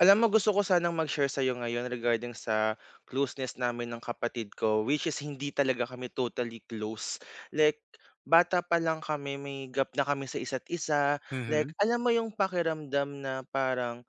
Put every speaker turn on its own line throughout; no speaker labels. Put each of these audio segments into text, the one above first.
Alam mo gusto ko sanang mag-share sa'yo ngayon regarding sa closeness namin ng kapatid ko, which is hindi talaga kami totally close. Like, bata pa lang kami, may gap na kami sa isa't isa. Like,
Mhm,
alam mo yung pakiramdam na parang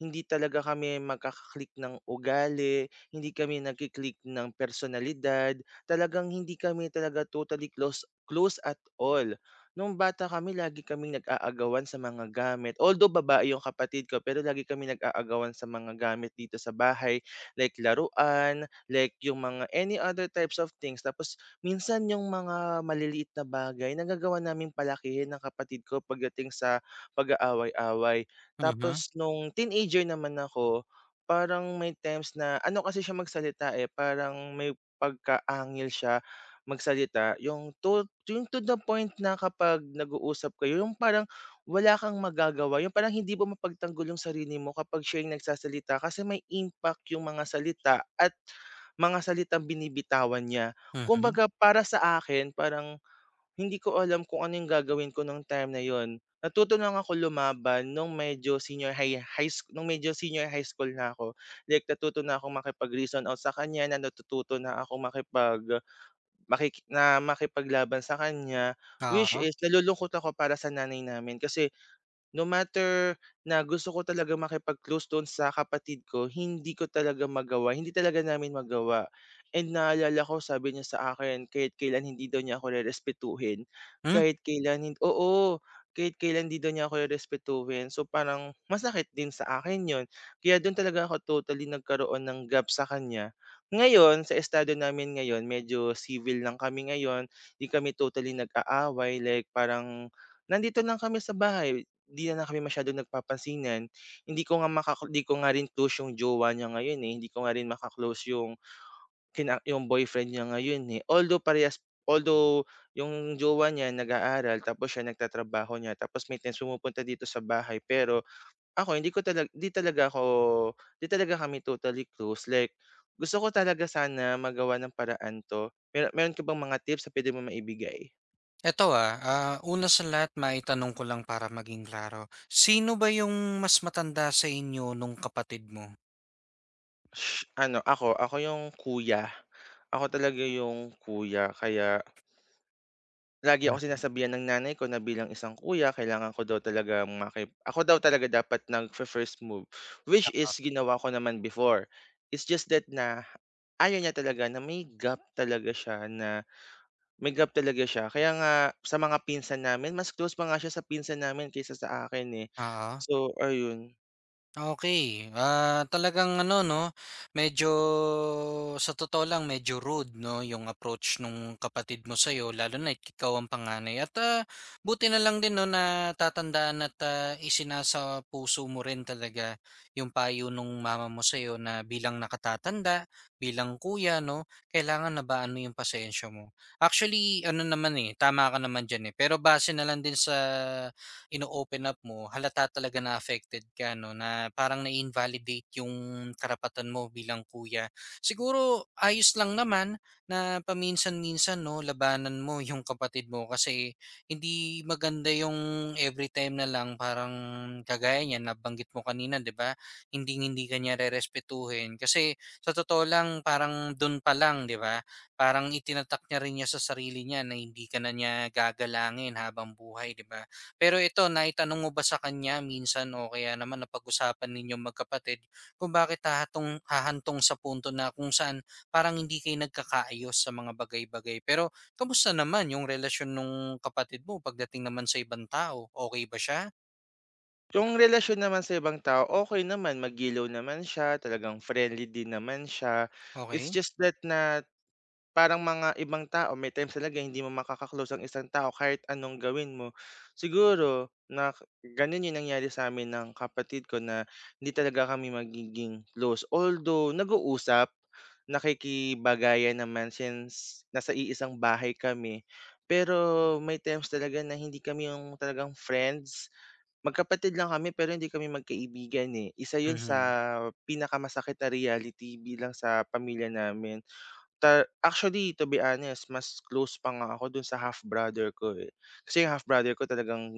hindi talaga kami magkaklik ng ugali, hindi kami ng personalidad, talagang hindi kami talaga totally close close at all. Nung bata kami lagi kaming nag-aagawan sa mga gamit. Although babae yung kapatid ko, pero lagi kami nag-aagawan sa mga gamit dito sa bahay, like laruan, like yung mga any other types of things. Tapos minsan yung mga maliliit na bagay, nagagawa naming palakihin ng kapatid ko pagdating sa pag-aaway-away.
mhm,
Tapos nung teenager naman ako, parang may times na ano kasi siya magsalita, eh, parang may pagkaangil siya magsalita. Yung to the point na kapag nag-uusap kayo, yung parang wala kang magagawa, yung parang hindi mo mapagtanggol yung sarili mo kapag siya yung nagsasalita kasi may impact yung mga salita at mga salitang binibitawan niya.
mhm,
Kumbaga para sa akin parang hindi ko alam kung ano yung gagawin ko nung time na yon. Natuto lang ako lumaban nung medyo senior high school na ako. Like natuto na akong makipag-reason out sa kanya, na natututo na ako makipag makik na makipaglaban sa kanya, which
oo.
is nalulungkot ako para sa nanay namin kasi no matter na gusto ko talaga makipag-close doon sa kapatid ko, hindi ko talaga magawa, hindi talaga namin magawa. And naalala ko, sabi niya sa akin, kahit kailan hindi daw niya ako rerespetuhin.
Hmm,
Kahit kailan, oo, kahit kailan hindi daw niya ako rerespetuhin. So parang masakit din sa akin yon. Kaya doon talaga ako totally nagkaroon ng gap sa kanya. Ngayon, sa estado namin ngayon, medyo civil lang kami ngayon. Hindi kami totally nag-aaway. Like parang nandito lang kami sa bahay. 'Di na, kami masyadong nagpapansinan. Hindi ko nga rin close yung jowa niya ngayon, eh, hindi ko nga rin maka-close yung yung boyfriend niya ngayon, eh. Although yung jowa niya nag-aaral tapos siya nagtatrabaho niya, tapos may times pumupunta dito sa bahay. Pero ako hindi ko talag 'di talaga ako 'di talaga kami totally close, like gusto ko talaga sana magawa ng paraan 'to. Meron ka bang mga tips na puwede mong maibigay?
eto, una sa lahat maitanong ko lang para maging klaro, sino ba yung mas matanda sa inyo nung kapatid mo?
Ano, ako ako yung kuya. Ako talaga yung kuya kaya lagi ako
Hmm.
sinasabihan ng nanay ko na bilang isang kuya kailangan ko daw talaga maki ako daw talaga dapat nag first move, which is ginawa ko naman before. It's just that na ayaw niya talaga na may gap talaga siya na may gap talaga siya kaya nga sa mga pinsan namin mas close pa nga siya sa pinsan namin kaysa sa akin, eh.
Oo.
So, ayun.
Okay, talagang ano 'no, medyo sa totoo lang medyo rude 'no, yung approach nung kapatid mo sa'yo lalo na ikaw ang panganay at, buti na lang din 'no na natatandaan at, isinasa puso mo rin talaga yung payo nung mama mo sa'yo na bilang nakatatanda, bilang kuya 'no, kailangan na ba ano yung pasensya mo. Actually ano naman, eh, tama ka naman diyan, eh, pero base na lang din sa ino-open up mo, halata talaga na affected ka 'no, na parang na-invalidate yung karapatan mo bilang kuya. Siguro ayos lang naman na paminsan-minsan 'no, labanan mo yung kapatid mo kasi hindi maganda yung every time na lang parang kagaya niyan nabanggit mo kanina 'di ba, hindi hindi ka niya rerespetuhin. Kasi sa totoo lang parang dun pa lang 'di ba, parang itinatak niya rin niya sa sarili niya na hindi ka na niya gagalangin habang buhay 'di ba? Pero ito, naitanong mo ba sa kanya minsan o kaya naman napag-usapan ninyong magkapatid kung bakit hahantong sa punto na kung saan parang hindi kayo nagkakaayos sa mga bagay-bagay. Pero kamusta naman yung relasyon nung kapatid mo pagdating naman sa ibang tao? Okay ba siya?
Yung relasyon naman sa ibang tao, okay naman, magiliw naman siya, talagang friendly din naman siya. It's
Okey.
just that na parang mga ibang tao may times talaga hindi mo makakaklose ang isang tao kahit anong gawin mo. Siguro na gano'n 'yung nangyari sa'min ng kapatid ko na hindi talaga kami magiging close. Although nag-uusap, nakikibagayan naman since nasa iisang bahay kami. Pero may times talaga na hindi kami 'yung talagang friends. Magkapatid lang kami pero hindi kami magkaibigan, eh. Isa 'yun sa
Mhm.
pinakamasakit na reality bilang sa pamilya namin. Actually, to be honest, mas close pa nga ako dun sa half brother ko, eh. Kasi yung half brother ko talagang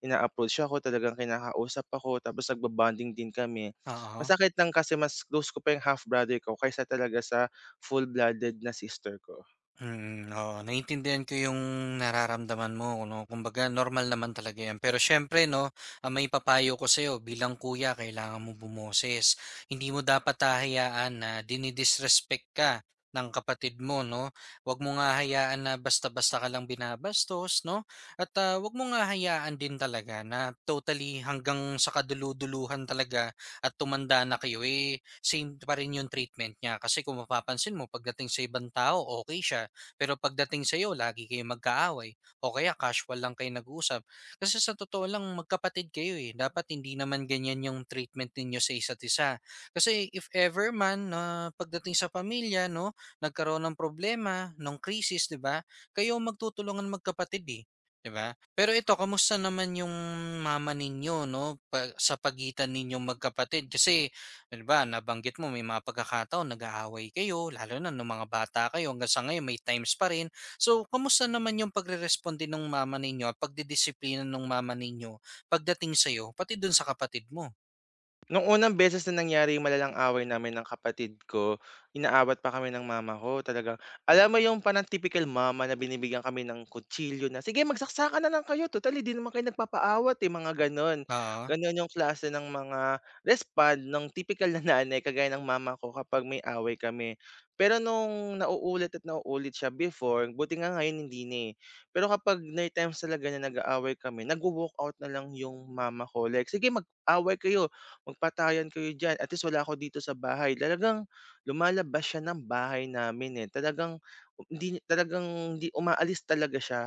ina-approach ako, talagang kinakausap ako, tapos nagbo-bonding din kami.
Oo.
Masakit lang kasi mas close ko pa yung half brother ko kaysa talaga sa full-blooded na sister ko.
Mm, oo, naiintindihan ko yung nararamdaman mo 'no, kumbaga normal naman talaga 'yan. Pero siyempre 'no, ang maipapayo ko sa'yo bilang kuya kailangan mo bumoses. Hindi mo dapat hahayaan na dinidisrespect ka ng kapatid mo 'no. Huwag mo nga hayaan na basta-basta ka lang binabastos 'no, at, huwag mo nga hayaan din talaga na totally hanggang sa kaduluduluhan talaga at tumanda na kayo, eh, same pa rin yung treatment niya. Kasi kung mapapansin mo pagdating sa ibang tao okay siya, pero pagdating sa sa'yo lagi kayong magkaaway o kaya casual lang kayo nag-uusap. Kasi sa totoo lang magkapatid kayo eh. Dapat hindi naman ganyan yung treatment ninyo sa isa't isa. Kasi if ever man na pagdating sa pamilya, no, nagkaroon ng problema, ng crisis, 'di ba? Kayo ang magtutulungan magkapatid eh. 'Di ba? Pero ito, kamusta naman yung mama ninyo no pa- sa pagitan ninyong magkapatid? Kasi ano ba, nabanggit mo may mga pagkakataon nag-aaway kayo, lalo na nung mga bata kayo hanggang sa ngayon may times pa rin. So, kamusta naman yung pagreresponde ng mama ninyo at pagdidisiplina ng mama ninyo pagdating sa'yo, pati dun sa kapatid mo?
Nung unang beses na nangyari yung malalang away namin ng kapatid ko, inaawat pa kami ng mama ko, talagang alam mo yung parang typical mama na binibigyan kami ng kutsilyo na, "Sige magsaksakan na lang kayo total hindi naman kayo nagpapaawat, eh," mga gano'n.
Oo.
Gano'n yung klase ng mga respond ng typical na nanay kagaya ng mama ko kapag may away kami. Pero nung nauulit at nauulit siya before, buti nga ngayon hindi na, eh. Pero kapag may times talaga na nag-aaway kami, nagwo-walkout na lang yung mama ko like, "Sige mag-away kayo magpatayan kayo diyan, at least wala ako dito sa bahay." Talagang lumalabas siya ng bahay namin, eh. Hindi, talagang hindi umaalis talaga siya.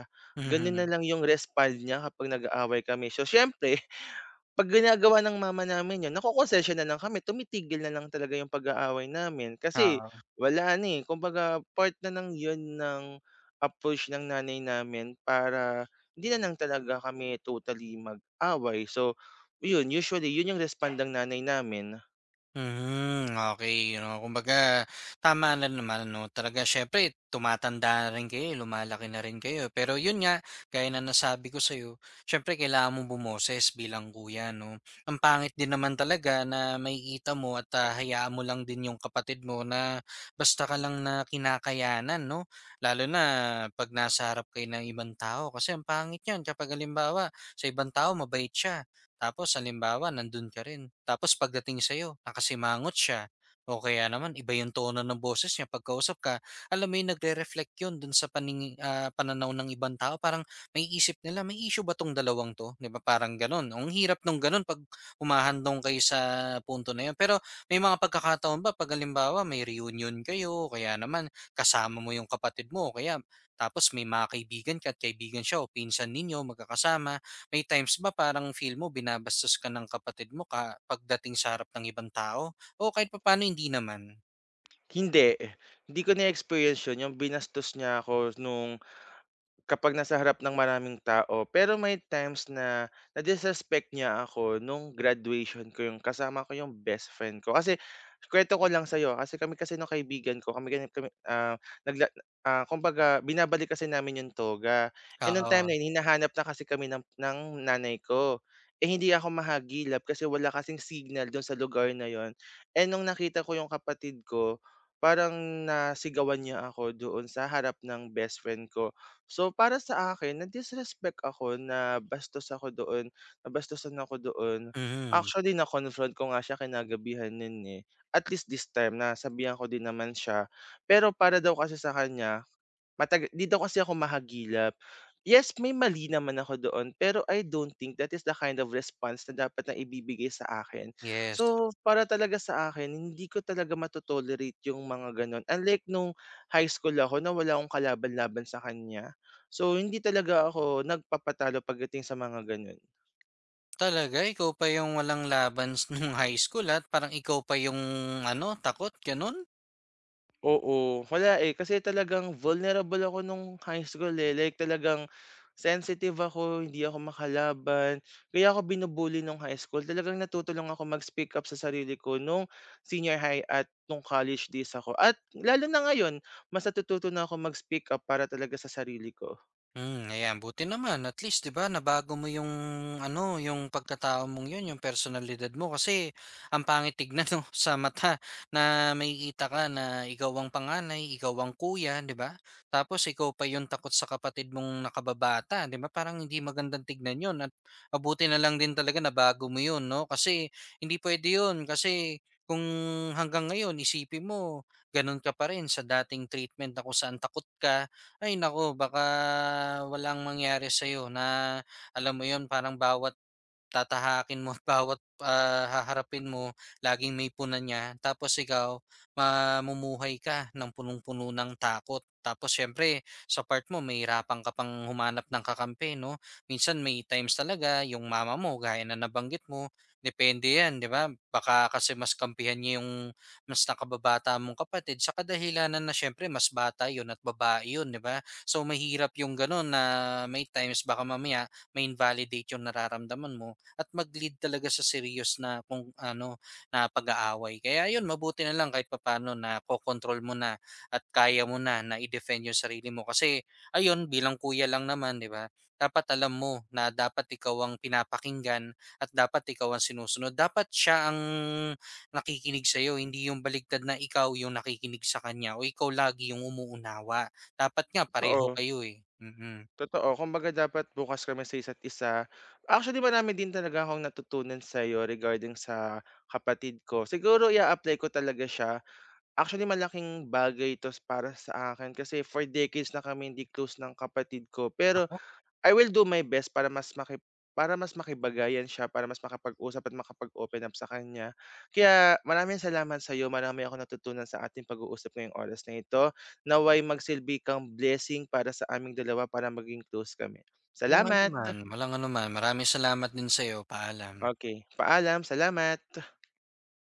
Gano'n na
Mhm.
lang yung respond niya kapag nag-aaway kami. So, siyempre 'pag ginagawa ng mama namin yun, nakokonsensya na lang kami, tumitigil na lang talaga yung pag-aaway namin. Kasi
Oo.
wala na, eh, kumbaga part na ng yun ng approach ng nanay namin para hindi na lang talaga kami totally mag-away. So yun, usually yun yung respond ng nanay namin.
Mhm, okey, 'no. Kumbaga tama na naman, 'no. Talaga siyempre tumatanda na rin kayo, eh, lumalaki na rin kayo. Pero yun nga, gaya na nasabi ko sa'yo, siyempre kailangan mong bumoses bilang kuya, 'no. Ang pangit din naman talaga na makikita mo at, hayaan mo lang din yung kapatid mo na basta ka lang na kinakayanan, 'no. Lalo na 'pag nasa harap kayo ng ibang tao kasi ang pangit niyan kapag halimbawa sa ibang tao mabait siya, tapos halimbawa nandun ka rin, tapos pagdating sa'yo nakasimangot siya o kaya naman iba yung tono ng boses niya pagkausap ka, alam mo yun nagre-reflect yun dun sa paning pananaw ng ibang tao parang may isip nila, "May issue ba 'tong dalawang 'to?" 'Di ba parang gano'n. Ang hirap nung gano'n 'pag humahandong kayo sa punto na yun. Pero may mga pagkakataon ba 'pag halimbawa may reunion kayo o kaya naman kasama mo yung kapatid mo o kaya tapos may mga kaibigan ka at kaibigan siya o pinsan ninyo magkakasama may times ba parang feel mo binabastos ka ng kapatid mo ka pagdating sa harap ng ibang tao? O kahit papaano hindi naman?
Hindi, hindi ko na-experience yun, yung binastos niya ako kapag nasa harap ng maraming tao, pero may times na na-disrespect niya ako nung graduation ko, yung kasama ko yung best friend ko. Kasi kuwento ko lang sa'yo, kasi kami kasi nung kaibigan ko, kami ganyan kami, nagla kumbaga binabalik kasi namin yung toga. Eh, nung time
Oo,
na yun, hinahanap na kasi kami ng nanay ko. Eh, hindi ako mahagilap kasi wala kasing signal dun sa lugar na yun. Eh, nung nakita ko yung kapatid ko, parang nasigawan niya ako doon sa harap ng best friend ko. So, para sa akin na-disrespect ako, nabastos ako doon, nabastusan ako doon.
mhm,
Actually, na-confront ko nga siya kinagabihan no'n, eh. At least this time nasabihan ko din naman siya, pero para daw kasi sa kanya mataga di daw kasi ako mahagilap. Yes, may mali naman ako doon, pero I don't think that is the kind of response na dapat na ibibigay sa akin.
yes.
So, para talaga sa akin, hindi ko talaga yung mga gano'n. Unlike nung high school ako na wala akong kalaban-laban sa kanya. So, hindi talaga ako nagpapatalo pagdating sa mga gano'n.
Talaga ikaw pa yung walang laban s nung high school at parang ikaw pa yung ano, takot, gano'n?
Oo, wala, eh, kasi talagang vulnerable ako nung high school, eh, like talagang sensitive ako, hindi ako makalaban, kaya ako binu-bully nung high school. Talagang natuto ako mag-speak up sa sarili ko nung senior high at nung college days ako at lalo na ngayon, mas natututo na ako mag-speak up para talaga sa sarili ko.
Hmm, ayan buti naman at least 'di ba nabago mo yung ano, yung pagkatao mong yun, yung personalidad mo kasi ang pangit tignan 'no, sa mata na makikita ka na ikaw ang panganay, ikaw ang kuya 'di ba? Tapos ikaw pa yung takot sa kapatid mong nakababata 'di ba, parang hindi magandang tignan yun at mabuti na lang din talaga nabago mo yun 'no, kasi hindi puwede yun kasi kung hanggang ngayon isipin mo gano'n ka pa rin sa dating treatment na kung saan takot ka ay naku, baka walang mangyari sa'yo na alam mo yon parang bawat tatahakin mo, bawat, haharapin mo laging may puna niya. Tapos ikaw mamumuhay ka ng punung-puno ng takot. Tapos siyempre sa part mo mahihirapan ka pang humanap ng kakampi 'no. Minsan may times talaga yung mama mo gaya na nabanggit mo, depende 'yan 'di ba? Baka kasi mas kampihan niya yung mas nakababata mong kapatid sa kadahilanan na siyempre mas bata yun at babae yun, di ba? So mahirap yung ganun na may times baka mamaya may invalidate yung nararamdaman mo at mag-lead talaga sa serious na kung ano na pag-aaway. Kaya yun, mabuti na lang kahit papaano na kokontrol mo na at kaya mo na na i-defend yung sarili mo kasi ayun bilang kuya lang naman, di ba? Dapat alam mo na dapat ikaw ang pinapakinggan at dapat ikaw ang sinusunod. Dapat siya ang nakikinig sa iyo hindi yung baligtad na ikaw yung nakikinig sa kanya o ikaw lagi yung umuunawa. Dapat nga pareho
Oo,
kayo, eh. Mm.
totoo. Kumbaga dapat bukas kami sa isa't isa. Actually, marami din talaga akong natutunan sa'yo regarding sa kapatid ko. Siguro ia-apply ko talaga siya. Actually, malaking bagay 'to para sa akin kasi for decades na kami hindi close ng kapatid ko. Pero
Naku,
I will do my best para mas makibagayan siya, para mas makapag-usap at makapag-open up sa kanya. Kaya maraming salamat sa'yo, marami akong natutunan sa ating pag-uusap ngayong oras na ito. Naway magsilbi kang blessing para sa aming dalawa para maging close kami.
walang
Salamat!
anuman, walang anuman. Maraming salamat din sa'yo. Paalam.
Okey, paalam. Salamat!